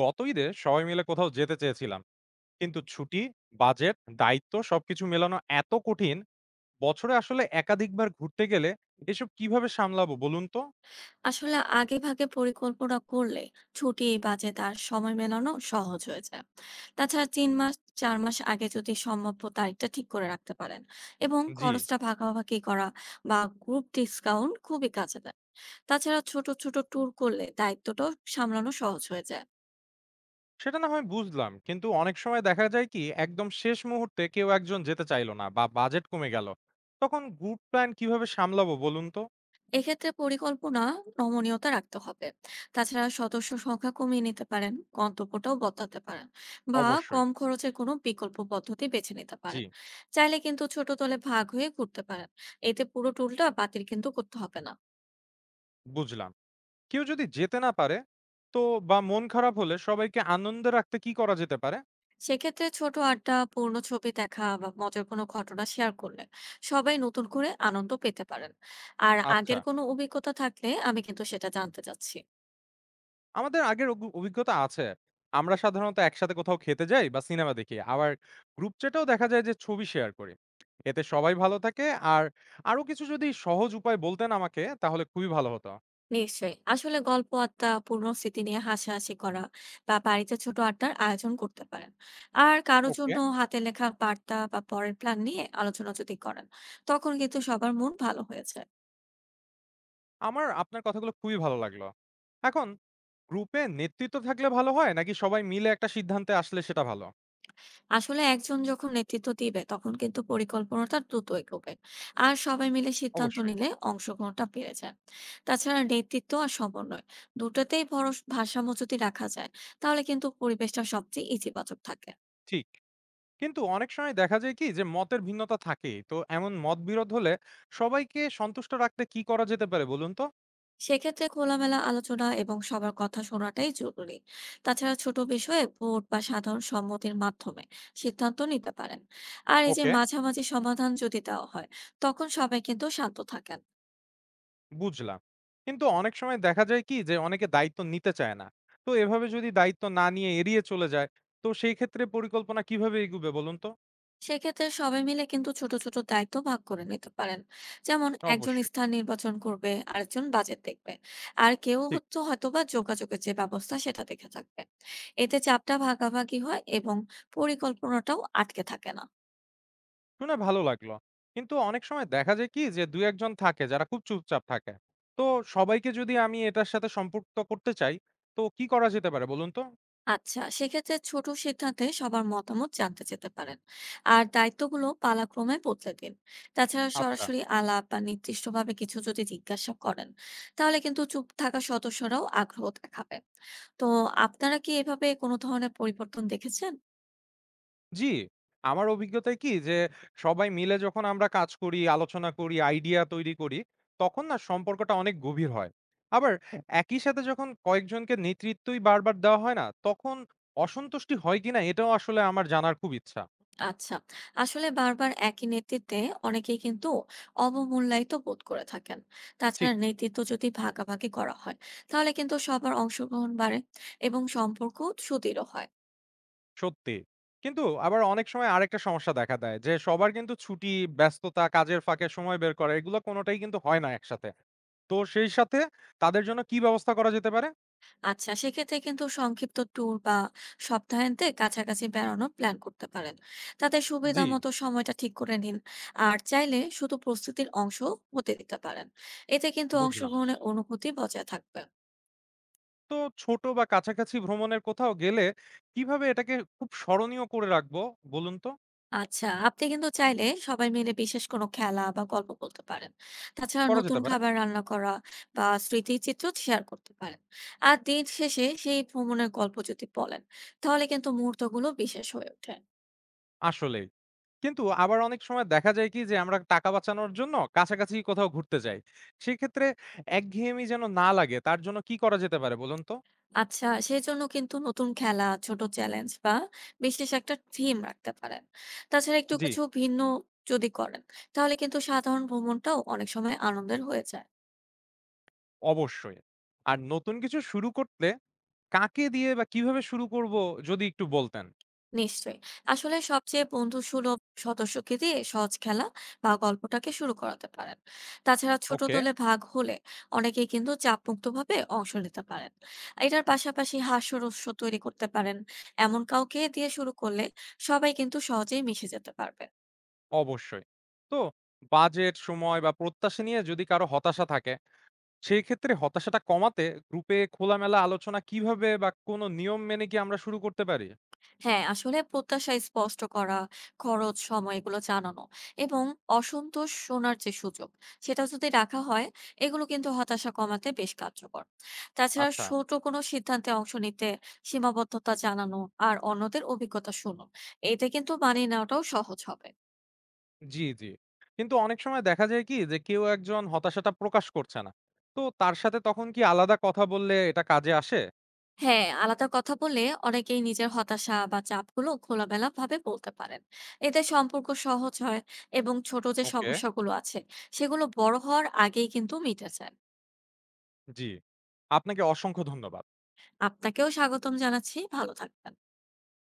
গত ঈদে সবাই মিলে কোথাও যেতে চেয়েছিলাম, কিন্তু ছুটি, বাজেট, দায়িত্ব সবকিছু মেলানো এত কঠিন। বছরে আসলে একাধিকবার ঘুরতে গেলে এসব কিভাবে সামলাবো বলুন তো? আসলে আগে ভাগে পরিকল্পনা করলে ছুটি বাজেট আর সময় মেলানো সহজ হয়ে যায়। তাছাড়া 3 মাস 4 মাস আগে যদি সম্ভাব্য তারিখটা ঠিক করে রাখতে পারেন এবং জি। খরচটা ভাগাভাগি করা বা গ্রুপ ডিসকাউন্ট খুবই কাজে দেয়। তাছাড়া ছোট ছোট ট্যুর করলে দায়িত্বটাও সামলানো সহজ হয়ে যায়। সেটা না হয় বুঝলাম, কিন্তু অনেক সময় দেখা যায় কি একদম শেষ মুহূর্তে কেউ একজন যেতে চাইলো না বা বাজেট কমে গেল। তখন গ্রুপ প্ল্যান কিভাবে সামলাবো বলুন তো? এক্ষেত্রে পরিকল্পনা নমনীয়তা রাখতে হবে। তাছাড়া সদস্য সংখ্যা কমিয়ে নিতে পারেন, গন্তব্যটাও বদলাতে পারেন বা অবশ্যই। কম খরচের কোনো বিকল্প পদ্ধতি বেছে নিতে জি। পারেন। চাইলে কিন্তু ছোট দলে ভাগ হয়ে ঘুরতে পারেন, এতে পুরো টুলটা বাতিল কিন্তু করতে হবে না। বুঝলাম। কেউ যদি যেতে না পারে তো, বা মন খারাপ হলে সবাইকে আনন্দে রাখতে কি করা যেতে পারে? সেক্ষেত্রে ছোট আড্ডা, পুরনো ছবি দেখা বা মজার কোনো ঘটনা শেয়ার করলে সবাই নতুন করে আনন্দ পেতে পারেন। আর আচ্ছা। আগের কোনো অভিজ্ঞতা থাকলে আমি কিন্তু সেটা জানতে চাচ্ছি। আমাদের আগের অভিজ্ঞতা আছে। আমরা সাধারণত একসাথে কোথাও খেতে যাই বা সিনেমা দেখি। আবার গ্রুপ চ্যাটেও দেখা যায় যে ছবি শেয়ার করি। এতে সবাই ভালো থাকে। আর আরো কিছু যদি সহজ উপায় বলতেন আমাকে, তাহলে খুবই ভালো হতো। নিশ্চয়ই। আসলে গল্প, আড্ডা, পুরনো স্মৃতি নিয়ে হাসাহাসি করা বা বাড়িতে ছোট আড্ডার আয়োজন করতে পারেন। আর কারো ওকে। জন্য হাতে লেখা বার্তা বা পরের প্ল্যান নিয়ে আলোচনা যদি করেন, তখন কিন্তু সবার মন ভালো হয়ে যায়। আমার আপনার কথাগুলো খুবই ভালো লাগলো। এখন গ্রুপে নেতৃত্ব থাকলে ভালো হয় নাকি সবাই মিলে একটা সিদ্ধান্তে আসলে সেটা ভালো? আসলে একজন যখন নেতৃত্ব দিবে, তখন কিন্তু পরিকল্পনাটা দ্রুত এগোবে। আর সবাই মিলে সিদ্ধান্ত অবশ্যই। নিলে অংশগ্রহণটা বেড়ে যায়। তাছাড়া নেতৃত্ব আর সমন্বয় দুটাতেই ভারসাম্য যদি রাখা যায়, তাহলে কিন্তু পরিবেশটা সবচেয়ে ইতিবাচক থাকে। ঠিক। কিন্তু অনেক সময় দেখা যায় কি যে মতের ভিন্নতা থাকেই। তো এমন মতবিরোধ হলে সবাইকে সন্তুষ্ট রাখতে কি করা যেতে পারে বলুন তো? সেক্ষেত্রে খোলামেলা আলোচনা এবং সবার কথা শোনাটাই জরুরি। তাছাড়া ছোট বিষয়ে ভোট বা সাধারণ সম্মতির মাধ্যমে সিদ্ধান্ত নিতে পারেন। আর এই যে ওকে। মাঝামাঝি সমাধান যদি দেওয়া হয়, তখন সবাই কিন্তু শান্ত থাকেন। বুঝলাম। কিন্তু অনেক সময় দেখা যায় কি যে অনেকে দায়িত্ব নিতে চায় না। তো এভাবে যদি দায়িত্ব না নিয়ে এড়িয়ে চলে যায়, তো সেই ক্ষেত্রে পরিকল্পনা কিভাবে এগুবে বলুন তো? সেক্ষেত্রে সবাই মিলে কিন্তু ছোট ছোট দায়িত্ব ভাগ করে নিতে পারেন। যেমন একজন অবশ্যই। স্থান নির্বাচন করবে, আরেকজন বাজেট দেখবে, আর কেউ ঠিক। হচ্ছে হয়তো বা যোগাযোগের যে ব্যবস্থা সেটা দেখে থাকবে। এতে চাপটা ভাগাভাগি হয় এবং পরিকল্পনাটাও আটকে থাকে না। শুনে ভালো লাগলো। কিন্তু অনেক সময় দেখা যায় কি যে ২-১ জন থাকে যারা খুব চুপচাপ থাকে। তো সবাইকে যদি আমি এটার সাথে সম্পৃক্ত করতে চাই, তো কি করা যেতে পারে বলুন তো? আচ্ছা, সেক্ষেত্রে ছোট সিদ্ধান্তে সবার মতামত জানতে যেতে পারেন। আর দায়িত্বগুলো পালাক্রমে বদলে দিন। তাছাড়া আচ্ছা। সরাসরি আলাপ বা নির্দিষ্টভাবে কিছু যদি জিজ্ঞাসা করেন, তাহলে কিন্তু চুপ থাকা সদস্যরাও আগ্রহ দেখাবে। তো আপনারা কি এভাবে কোনো ধরনের পরিবর্তন দেখেছেন? জি, আমার অভিজ্ঞতায় কি যে সবাই মিলে যখন আমরা কাজ করি, আলোচনা করি, আইডিয়া তৈরি করি, তখন না সম্পর্কটা অনেক গভীর হয়। আবার একই সাথে যখন কয়েকজনকে নেতৃত্বই বারবার দেওয়া হয় না, তখন অসন্তুষ্টি হয় কিনা এটাও আসলে আমার জানার খুব ইচ্ছা। আচ্ছা, আসলে বারবার একই নেতৃত্বে অনেকেই কিন্তু অবমূল্যায়িত বোধ করে থাকেন। ঠিক। তাছাড়া নেতৃত্ব যদি ভাগাভাগি করা হয়, তাহলে কিন্তু সবার অংশগ্রহণ বাড়ে এবং সম্পর্ক সুদৃঢ় হয়। সত্যি। কিন্তু আবার অনেক সময় আরেকটা সমস্যা দেখা দেয় যে সবার কিন্তু ছুটি, ব্যস্ততা, কাজের ফাঁকে সময় বের করা এগুলো কোনোটাই কিন্তু হয় না একসাথে। তো সেই সাথে তাদের জন্য কি ব্যবস্থা করা যেতে পারে? আচ্ছা, সেক্ষেত্রে কিন্তু সংক্ষিপ্ত ট্যুর বা সপ্তাহান্তে কাছাকাছি বেড়ানো প্ল্যান করতে পারেন। তাতে জি, সুবিধা মতো সময়টা ঠিক করে নিন। আর চাইলে শুধু প্রস্তুতির অংশ হতে দিতে পারেন। এতে কিন্তু বুঝলাম। অংশগ্রহণের অনুভূতি বজায় থাকবে। তো ছোট বা কাছাকাছি ভ্রমণের কোথাও গেলে কিভাবে এটাকে খুব স্মরণীয় করে রাখবো বলুন তো? আচ্ছা, আপনি কিন্তু চাইলে সবাই মিলে বিশেষ কোনো খেলা বা গল্প বলতে পারেন। তাছাড়া করা নতুন যেতে পারে। খাবার রান্না করা বা স্মৃতিচিত্র শেয়ার করতে পারেন। আর দিন শেষে সেই ভ্রমণের গল্প যদি বলেন, তাহলে কিন্তু মুহূর্তগুলো বিশেষ হয়ে ওঠে। আসলেই। কিন্তু আবার অনেক সময় দেখা যায় কি যে আমরা টাকা বাঁচানোর জন্য কাছাকাছি কোথাও ঘুরতে যাই। সেক্ষেত্রে একঘেয়েমি যেন না লাগে তার জন্য কি করা যেতে পারে বলুন তো? আচ্ছা, সেজন্য কিন্তু নতুন খেলা, ছোট চ্যালেঞ্জ বা বিশেষ একটা থিম রাখতে পারেন। তাছাড়া একটু জি, কিছু ভিন্ন যদি করেন, তাহলে কিন্তু সাধারণ ভ্রমণটাও অনেক সময় আনন্দের হয়ে যায়। অবশ্যই। আর নতুন কিছু শুরু করতে কাকে দিয়ে বা কিভাবে শুরু করব যদি একটু বলতেন? নিশ্চয়ই। আসলে সবচেয়ে বন্ধুসুলভ সদস্যকে দিয়ে সহজ খেলা বা গল্পটাকে শুরু করাতে পারেন। তাছাড়া ছোট ওকে, দলে ভাগ হলে অনেকেই কিন্তু চাপমুক্তভাবে অংশ নিতে পারেন। এটার পাশাপাশি হাস্যরস্য তৈরি করতে পারেন। এমন কাউকে দিয়ে শুরু করলে সবাই কিন্তু সহজেই মিশে যেতে পারবে। অবশ্যই। তো বাজেট, সময় বা প্রত্যাশা নিয়ে যদি কারো হতাশা থাকে, সেই ক্ষেত্রে হতাশাটা কমাতে গ্রুপে খোলামেলা আলোচনা কিভাবে বা কোনো নিয়ম মেনে কি আমরা শুরু করতে পারি? হ্যাঁ, আসলে প্রত্যাশা স্পষ্ট করা, খরচ, সময় এগুলো জানানো এবং অসন্তোষ শোনার যে সুযোগ সেটা যদি রাখা হয়, এগুলো কিন্তু হতাশা কমাতে বেশ কার্যকর। তাছাড়া আচ্ছা, ছোট কোনো সিদ্ধান্তে অংশ নিতে সীমাবদ্ধতা জানানো আর অন্যদের অভিজ্ঞতা শুনুন। এতে কিন্তু মানিয়ে নেওয়াটাও সহজ হবে। জি, জি। কিন্তু অনেক সময় দেখা যায় কি যে কেউ একজন হতাশাটা প্রকাশ করছে না। তো তার সাথে তখন কি আলাদা কথা বললে এটা কাজে আসে? হ্যাঁ, আলাদা কথা বলে অনেকেই নিজের হতাশা বা চাপগুলো খোলামেলা ভাবে বলতে পারেন। এতে সম্পর্ক সহজ হয় এবং ছোট যে ওকে, সমস্যাগুলো আছে সেগুলো বড় হওয়ার আগেই কিন্তু মিটে যায়। জি। আপনাকে অসংখ্য ধন্যবাদ। আপনাকেও স্বাগতম জানাচ্ছি। ভালো থাকবেন।